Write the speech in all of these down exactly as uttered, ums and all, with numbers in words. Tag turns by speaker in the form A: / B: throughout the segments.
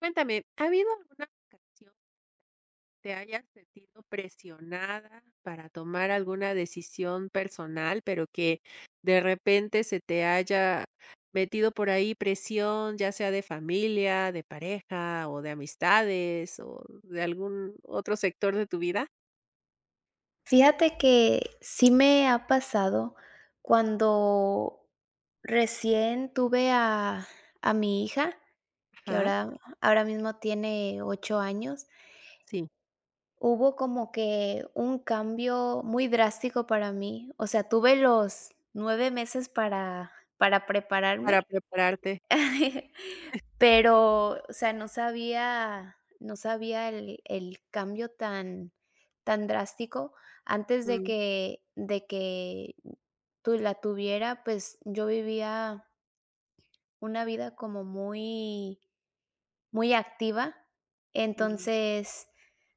A: Cuéntame, ¿ha habido alguna ocasión que te hayas sentido presionada para tomar alguna decisión personal, pero que de repente se te haya metido por ahí presión, ya sea de familia, de pareja o de amistades o de algún otro sector de tu vida?
B: Fíjate que sí me ha pasado cuando recién tuve a a mi hija, que
A: Ajá,
B: ahora ahora mismo tiene ocho años,
A: sí,
B: hubo como que un cambio muy drástico para mí. O sea, tuve los nueve meses para para
A: para
B: prepararme.
A: prepararte.
B: Pero, o sea, no sabía no sabía el el cambio tan tan drástico. Antes de
A: Mm,
B: que de que tu la tuviera, pues, yo vivía una vida como muy muy activa.
A: mm,
B: Entonces,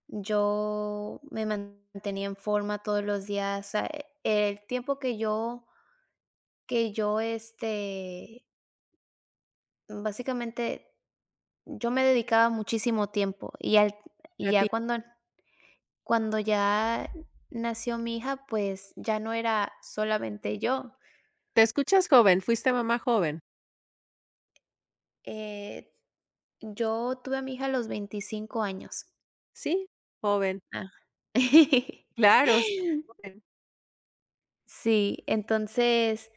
B: yo me mantenía en forma todos los días. O sea, el tiempo que yo que yo, este, básicamente yo me dedicaba muchísimo tiempo y al y
A: para
B: ya
A: ti.
B: cuando cuando ya nació mi hija, pues, ya no era solamente yo.
A: Te escuchas joven, fuiste mamá joven,
B: Eh, yo tuve a mi hija a los veinticinco años.
A: ¿sí? Joven,
B: Ajá.
A: claro, sí, joven,
B: Sí, entonces,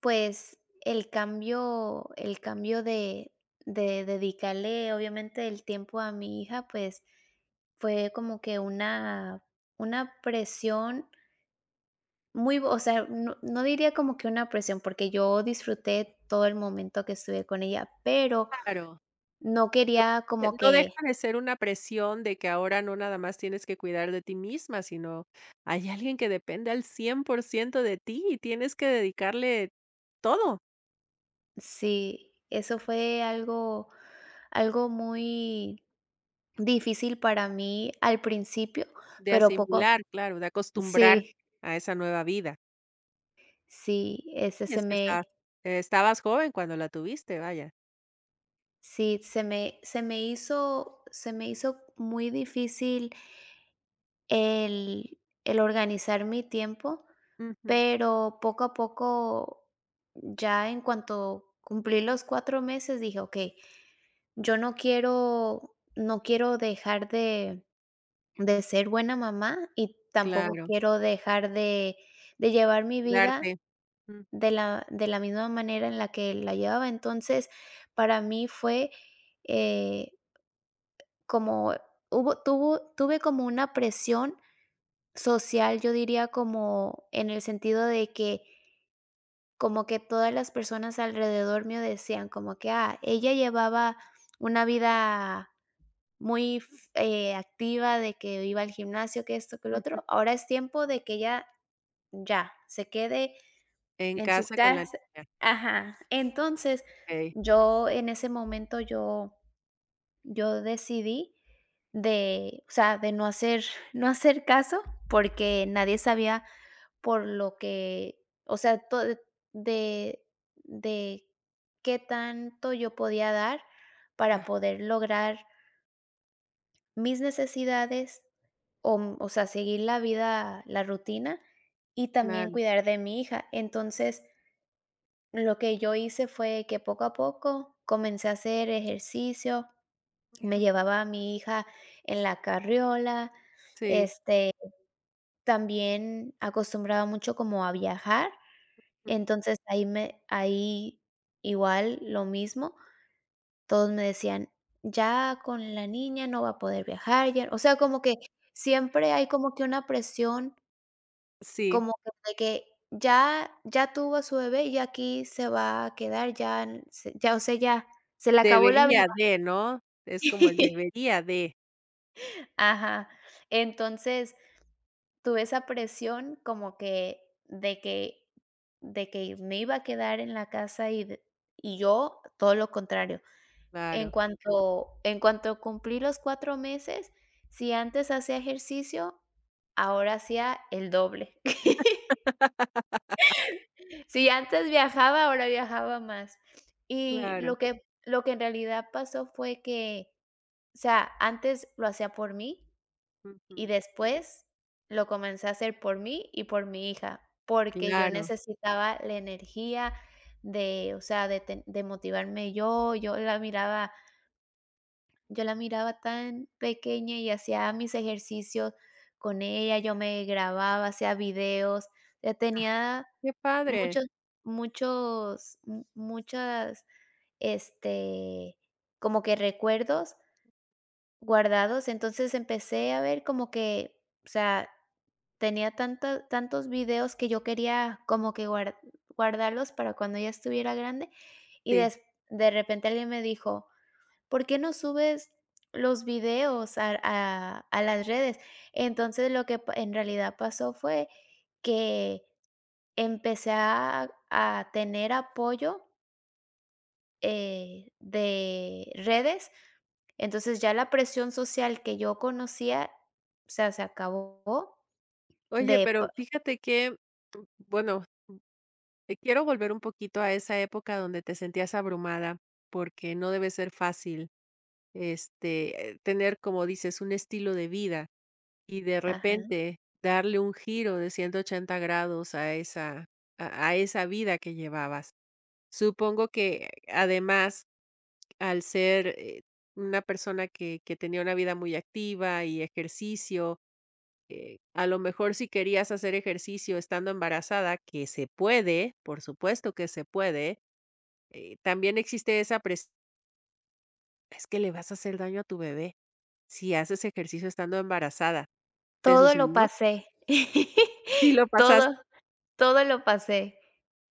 B: pues, el cambio el cambio de de dedicarle, obviamente, el tiempo a mi hija, pues, fue como que una una presión muy, o sea, no no diría como que una presión, porque yo disfruté todo el momento que estuve con ella, pero
A: claro.
B: no quería
A: Eh,
B: como
A: no deja
B: que.
A: de ser una presión de que ahora no nada más tienes que cuidar de ti misma, sino hay alguien que depende al cien por ciento de ti y tienes que dedicarle todo,
B: Sí, eso fue algo algo muy difícil para mí al principio,
A: de
B: pero poco.
A: asimilar, claro, de acostumbrar
B: Sí,
A: a esa nueva vida.
B: sí, ese
A: Y
B: se
A: es que está
B: me.
A: eh, Estabas joven cuando la tuviste, vaya.
B: Sí, se me se me hizo se me hizo muy difícil el el organizar mi tiempo,
A: Ujú,
B: pero poco a poco, ya en cuanto cumplí los cuatro meses, dije: "Okey, yo no quiero no quiero dejar de de ser buena mamá y tampoco
A: claro,
B: quiero dejar de de llevar mi vida
A: darte. Mm,
B: de la de la misma manera en la que la llevaba". Entonces, para mí fue, eh, como hubo tuvo tuve como una presión social, yo diría como en el sentido de que, como que todas las personas alrededor mío decían como que: "Ah, ella llevaba una vida muy f eh, activa, de que iba al gimnasio, que esto, que lo
A: ujú.
B: otro, ahora es tiempo de que ella ya, se quede
A: En
B: en su
A: casa con la
B: casa".
A: niña,
B: Ajá. Entonces,
A: okey.
B: yo en ese momento yo yo decidí de, o sea, de no hacer no hacer caso, porque nadie sabía por lo que, o sea, to de de qué tanto yo podía dar para
A: Ah,
B: poder lograr mis necesidades, o mm, o sea, seguir la vida, la rutina, y también
A: claro.
B: cuidar de mi hija. Entonces, lo que yo hice fue que poco a poco comencé a hacer ejercicio, me
A: Ujú.
B: llevaba a mi hija en la carriola.
A: Sí,
B: este También acostumbraba mucho como a viajar,
A: mm,
B: entonces ahí me ahí igual lo mismo, todos me decían: "Ya con la niña no va a poder viajar, ya", o sea, como que siempre hay como que una presión,
A: sí,
B: como que de que ya ya tuvo a su bebé y aquí se va a quedar, ya n se ya, o sea, ya se le acabó la
A: debería
B: vida.
A: de, ¿no? Es como el debería de,
B: Ajá, entonces tuve esa presión como que de que de que me iba a quedar en la casa y de y yo todo lo contrario. En
A: claro.
B: cuanto en cuanto cumplí los cuatro meses, si antes hacía ejercicio, ahora hacía el doble. Si antes viajaba, ahora viajaba más. Y
A: Claro,
B: lo que lo que en realidad pasó fue que, o sea, antes lo hacía por mí.
A: ujú,
B: Y después lo comencé a hacer por mí y por mi hija, porque yo
A: claro.
B: necesitaba la energía de, o sea, de ten de motivarme yo. Yo la miraba yo la miraba tan pequeña y hacía mis ejercicios con ella, yo me grababa, hacía videos, ya
A: Ah,
B: tenía
A: qué padre.
B: muchos muchos mu muchas, este, como que recuerdos guardados. Entonces empecé a ver como que, o sea. Tenía tanta tantos videos que yo quería como que guar guardarlos para cuando ya estuviera grande. y
A: Sí.
B: des de repente alguien me dijo: "¿Por qué no subes los videos a a a las redes?". Entonces, lo que pa en realidad pasó fue que empecé a a tener apoyo, eh, de redes. Entonces, ya la presión social que yo conocía, o sea, se acabó
A: Oye,
B: de
A: pero
B: pa
A: fíjate que, bueno, eh, quiero volver un poquito a esa época donde te sentías abrumada, porque no debe ser fácil, este, eh, tener, como dices, un estilo de vida y de
B: ajá.
A: repente darle un giro de ciento ochenta grados a esa a a esa vida que llevabas. Supongo que además, al ser, eh, una persona que que tenía una vida muy activa y ejercicio, eh, a lo mejor si querías hacer ejercicio estando embarazada, que se puede, por supuesto que se puede, eh, también existe esa pres es que le vas a hacer daño a tu bebé si haces ejercicio estando embarazada. ¿Te
B: Todo lo
A: sucedió?
B: pasé.
A: Sí, lo
B: Todo,
A: pasaste
B: todo lo pasé.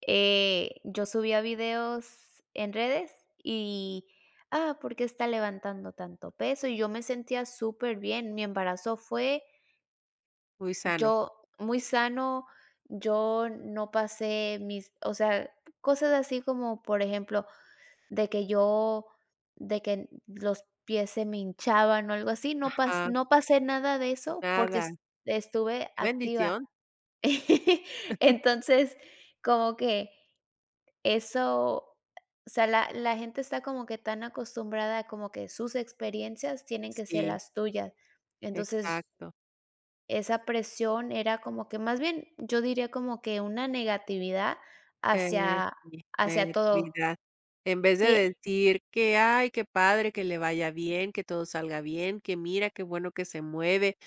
B: Eh, yo subía videos en redes y, ah, ¿por qué está levantando tanto peso? Y yo me sentía súper bien. Mi embarazo fue
A: muy sano.
B: yo muy sano, yo no pasé mis o sea, cosas así como, por ejemplo, de que yo de que los pies se me hinchaban o algo así, no pas
A: Ajá,
B: no pasé nada de eso porque
A: nada,
B: es estuve
A: qué
B: activa.
A: bendición.
B: Entonces, como que eso o sea, la la gente está como que tan acostumbrada, a como que sus experiencias tienen que ser
A: Sí,
B: las tuyas. Entonces,
A: exacto.
B: esa presión era como que más bien, yo diría como que una negatividad
A: Eh,
B: hacia
A: sí,
B: hacia todo.
A: negatividad. En vez de
B: Tie
A: decir que: "Ay, qué padre, que le vaya bien, que todo salga bien, que mira, qué bueno que se mueve,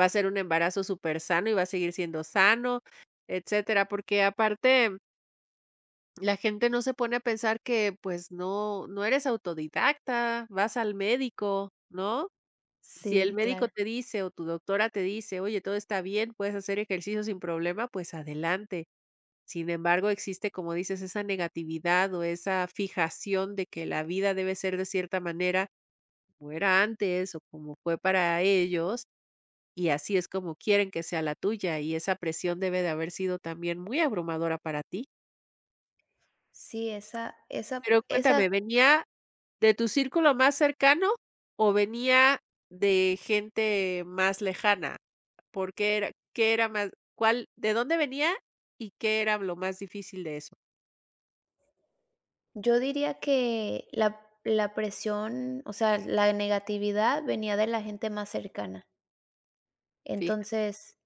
A: va a ser un embarazo súper sano y va a seguir siendo sano", etcétera. Porque aparte, la gente no se pone a pensar que, pues, no no eres autodidacta, vas al médico, ¿no? Si el
B: Sí,
A: médico
B: claro.
A: te dice, o tu doctora te dice: "Oye, todo está bien, puedes hacer ejercicio sin problema", pues adelante. Sin embargo, existe, como dices, esa negatividad o esa fijación de que la vida debe ser de cierta manera, como era antes o como fue para ellos, y así es como quieren que sea la tuya, y esa presión debe de haber sido también muy abrumadora para ti.
B: Sí, esa esa
A: Pero
B: esa
A: cuéntame, ¿venía de tu círculo más cercano o venía de gente más lejana? ¿Por qué era, qué era más, cuál, de dónde venía y qué era lo más difícil de eso?
B: yo diría que la la presión, o sea, la negatividad venía de la gente más cercana.
A: Fíjate,
B: Entonces,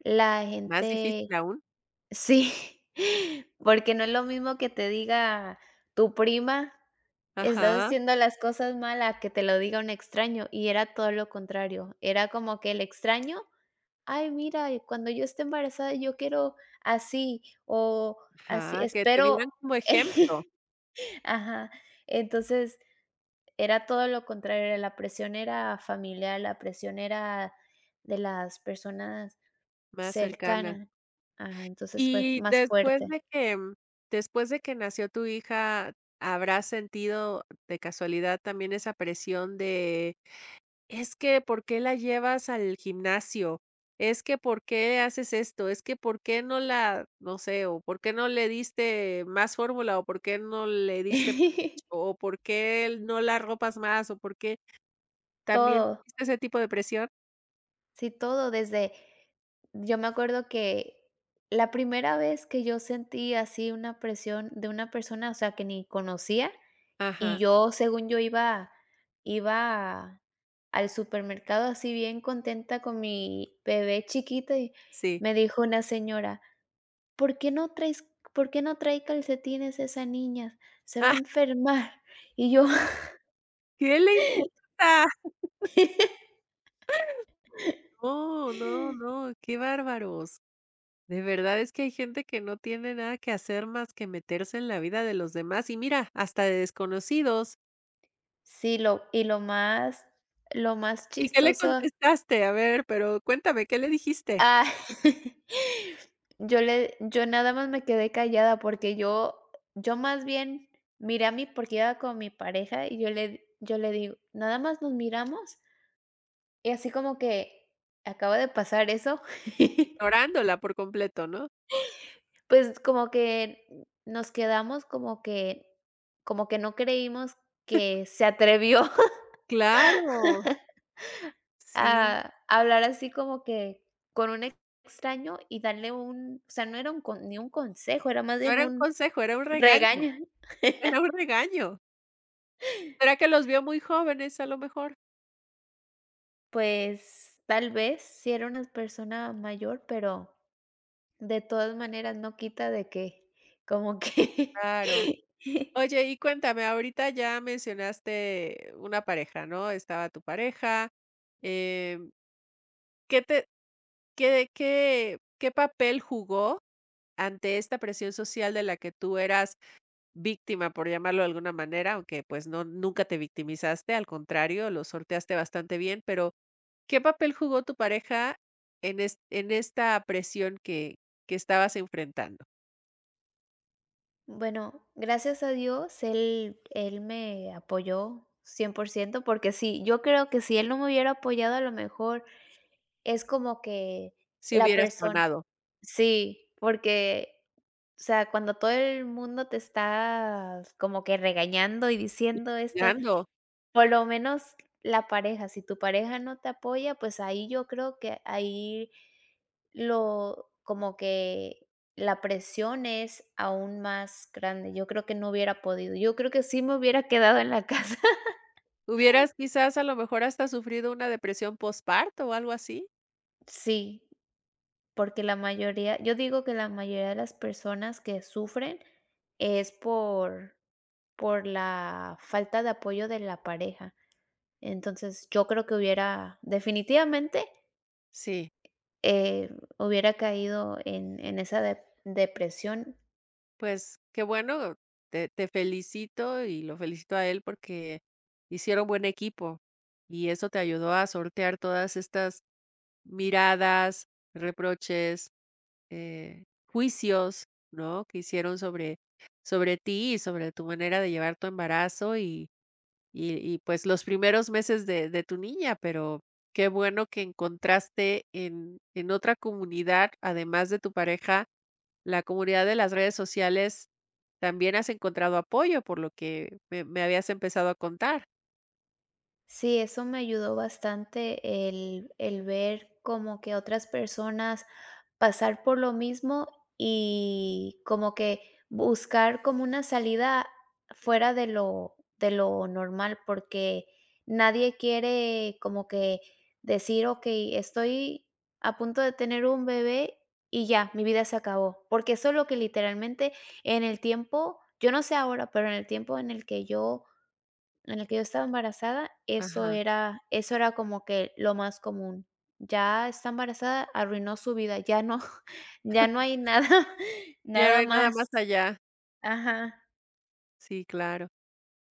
B: la
A: más
B: gente.
A: difícil aún.
B: Sí. Porque no es lo mismo que te diga tu prima: "Estás
A: Ajá,
B: haciendo las cosas mal", a que te lo diga un extraño, y era todo lo contrario. Era como que el extraño: "Ay, mira, y cuando yo esté embarazada, yo quiero así, o así
A: ajá, que te
B: espero".
A: vieran como ejemplo,
B: Ajá. Entonces, era todo lo contrario, la presión era familiar, la presión era de las personas
A: más cercana.
B: cercanas. Ajá, entonces fue
A: Y
B: más
A: después
B: fuerte.
A: de que mm, después de que nació tu hija, ¿habrás sentido de casualidad también esa presión de: "Es que, ¿por qué la llevas al gimnasio? Es que, ¿por qué haces esto? Es que, ¿por qué no la no sé, o por qué no le diste más fórmula, o por qué no le diste más leche, o por qué no la ropas más, o por qué?" ¿También
B: Todo,
A: tuviste ese tipo de presión?
B: sí, todo, desde yo me acuerdo que la primera vez que yo sentí así una presión de una persona, o sea, que ni conocía. Y
A: Ajá,
B: yo, según yo iba iba al supermercado así bien contenta con mi bebé chiquita y
A: sí.
B: me dijo una señora: "¿Por qué no traes por qué no trae calcetines esa niña? Se va a
A: Ah,
B: enfermar". Y yo.
A: ¿qué le importa? No, no, no, qué bárbaros. De verdad es que hay gente que no tiene nada que hacer más que meterse en la vida de los demás y mira, hasta de desconocidos.
B: Sí, lo y lo más lo más
A: ¿Y qué le
B: chistoso.
A: contestaste? A ver, pero cuéntame, ¿qué le dijiste?
B: Ah, yo le yo nada más me quedé callada porque yo yo más bien miré a mi, porque iba con mi pareja y yo le yo le digo: "Nada más nos miramos", y así como que acaba de pasar eso.
A: Ignorándola por completo, ¿no?
B: Pues, como que nos quedamos como que como que no creímos que se atrevió
A: Claro, sí.
B: a hablar así como que con un extraño y darle un, o sea, no era un con ni un consejo, era más
A: No
B: bien
A: era un
B: un
A: consejo, era un regaño,
B: regaña,
A: era un regaño. ¿Será que los vio muy jóvenes a lo mejor?
B: pues tal vez si era una persona mayor, pero de todas maneras no quita de que como que.
A: Claro. Oye, y cuéntame, ahorita ya mencionaste una pareja, ¿no? Estaba tu pareja. em, ¿Qué te, qué, qué, qué papel jugó ante esta presión social de la que tú eras víctima, por llamarlo de alguna manera, aunque pues no, nunca te victimizaste, al contrario, lo sorteaste bastante bien, pero ¿qué papel jugó tu pareja en, es- en esta presión que, que estabas enfrentando?
B: Bueno, gracias a Dios él él me apoyó cien por ciento porque sí, yo creo que si él no me hubiera apoyado, a lo mejor es como que
A: Si
B: la
A: hubieras
B: persona.
A: sonado.
B: Sí, porque, o sea, cuando todo el mundo te está como que regañando y diciendo esto. Por lo menos la pareja, si tu pareja no te apoya, pues ahí yo creo que ahí lo como que la presión es aún más grande. Yo creo que no hubiera podido. Yo creo que sí me hubiera quedado en la casa.
A: ¿Hubieras quizás a lo mejor hasta sufrido una depresión posparto o algo así?
B: Sí, porque la mayoría, yo digo que la mayoría de las personas que sufren es por por la falta de apoyo de la pareja. Entonces, yo creo que hubiera definitivamente.
A: Sí,
B: Eh, Hubiera caído en en esa de depresión.
A: pues qué bueno, te, te felicito y lo felicito a él porque hicieron buen equipo y eso te ayudó a sortear todas estas miradas, reproches, eh, juicios, ¿no? Que hicieron sobre, sobre ti y sobre tu manera de llevar tu embarazo Y y pues, los primeros meses de de tu niña, pero qué bueno que encontraste en en otra comunidad, además de tu pareja, la comunidad de las redes sociales, también has encontrado apoyo, por lo que me me habías empezado a contar.
B: Sí, eso me ayudó bastante el, el ver como que otras personas pasar por lo mismo y como que buscar como una salida fuera de lo, de lo normal, porque nadie quiere como que decir, ok, estoy a punto de tener un bebé y ya, mi vida se acabó, porque eso es lo que literalmente en el tiempo, yo no sé ahora, pero en el tiempo en el que yo en el que yo estaba embarazada, eso
A: Ajá.
B: era eso era como que lo más común. Ya está embarazada, arruinó su vida, ya no. Ya no hay nada.
A: Ya no
B: Nada
A: hay nada más
B: más.
A: allá.
B: Ajá,
A: Sí, claro.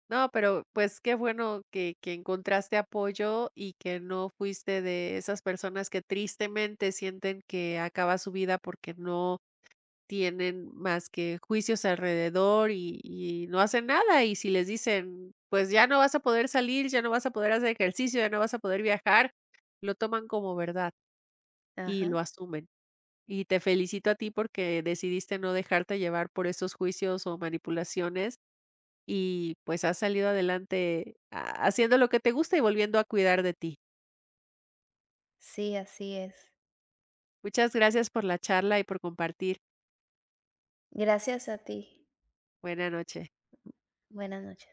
A: No, pero, pues, qué bueno que que encontraste apoyo y que no fuiste de esas personas que tristemente sienten que acaba su vida porque no tienen más que juicios alrededor y y no hacen nada, y si les dicen: "Pues, ya no vas a poder salir, ya no vas a poder hacer ejercicio, ya no vas a poder viajar", lo toman como verdad y
B: ajá.
A: lo asumen. Y te felicito a ti porque decidiste no dejarte llevar por esos juicios o manipulaciones y, pues, has salido adelante ha haciendo lo que te gusta y volviendo a cuidar de ti.
B: Sí, así es.
A: Muchas gracias por la charla y por compartir.
B: Gracias a ti.
A: Buena noche.
B: Buenas noches.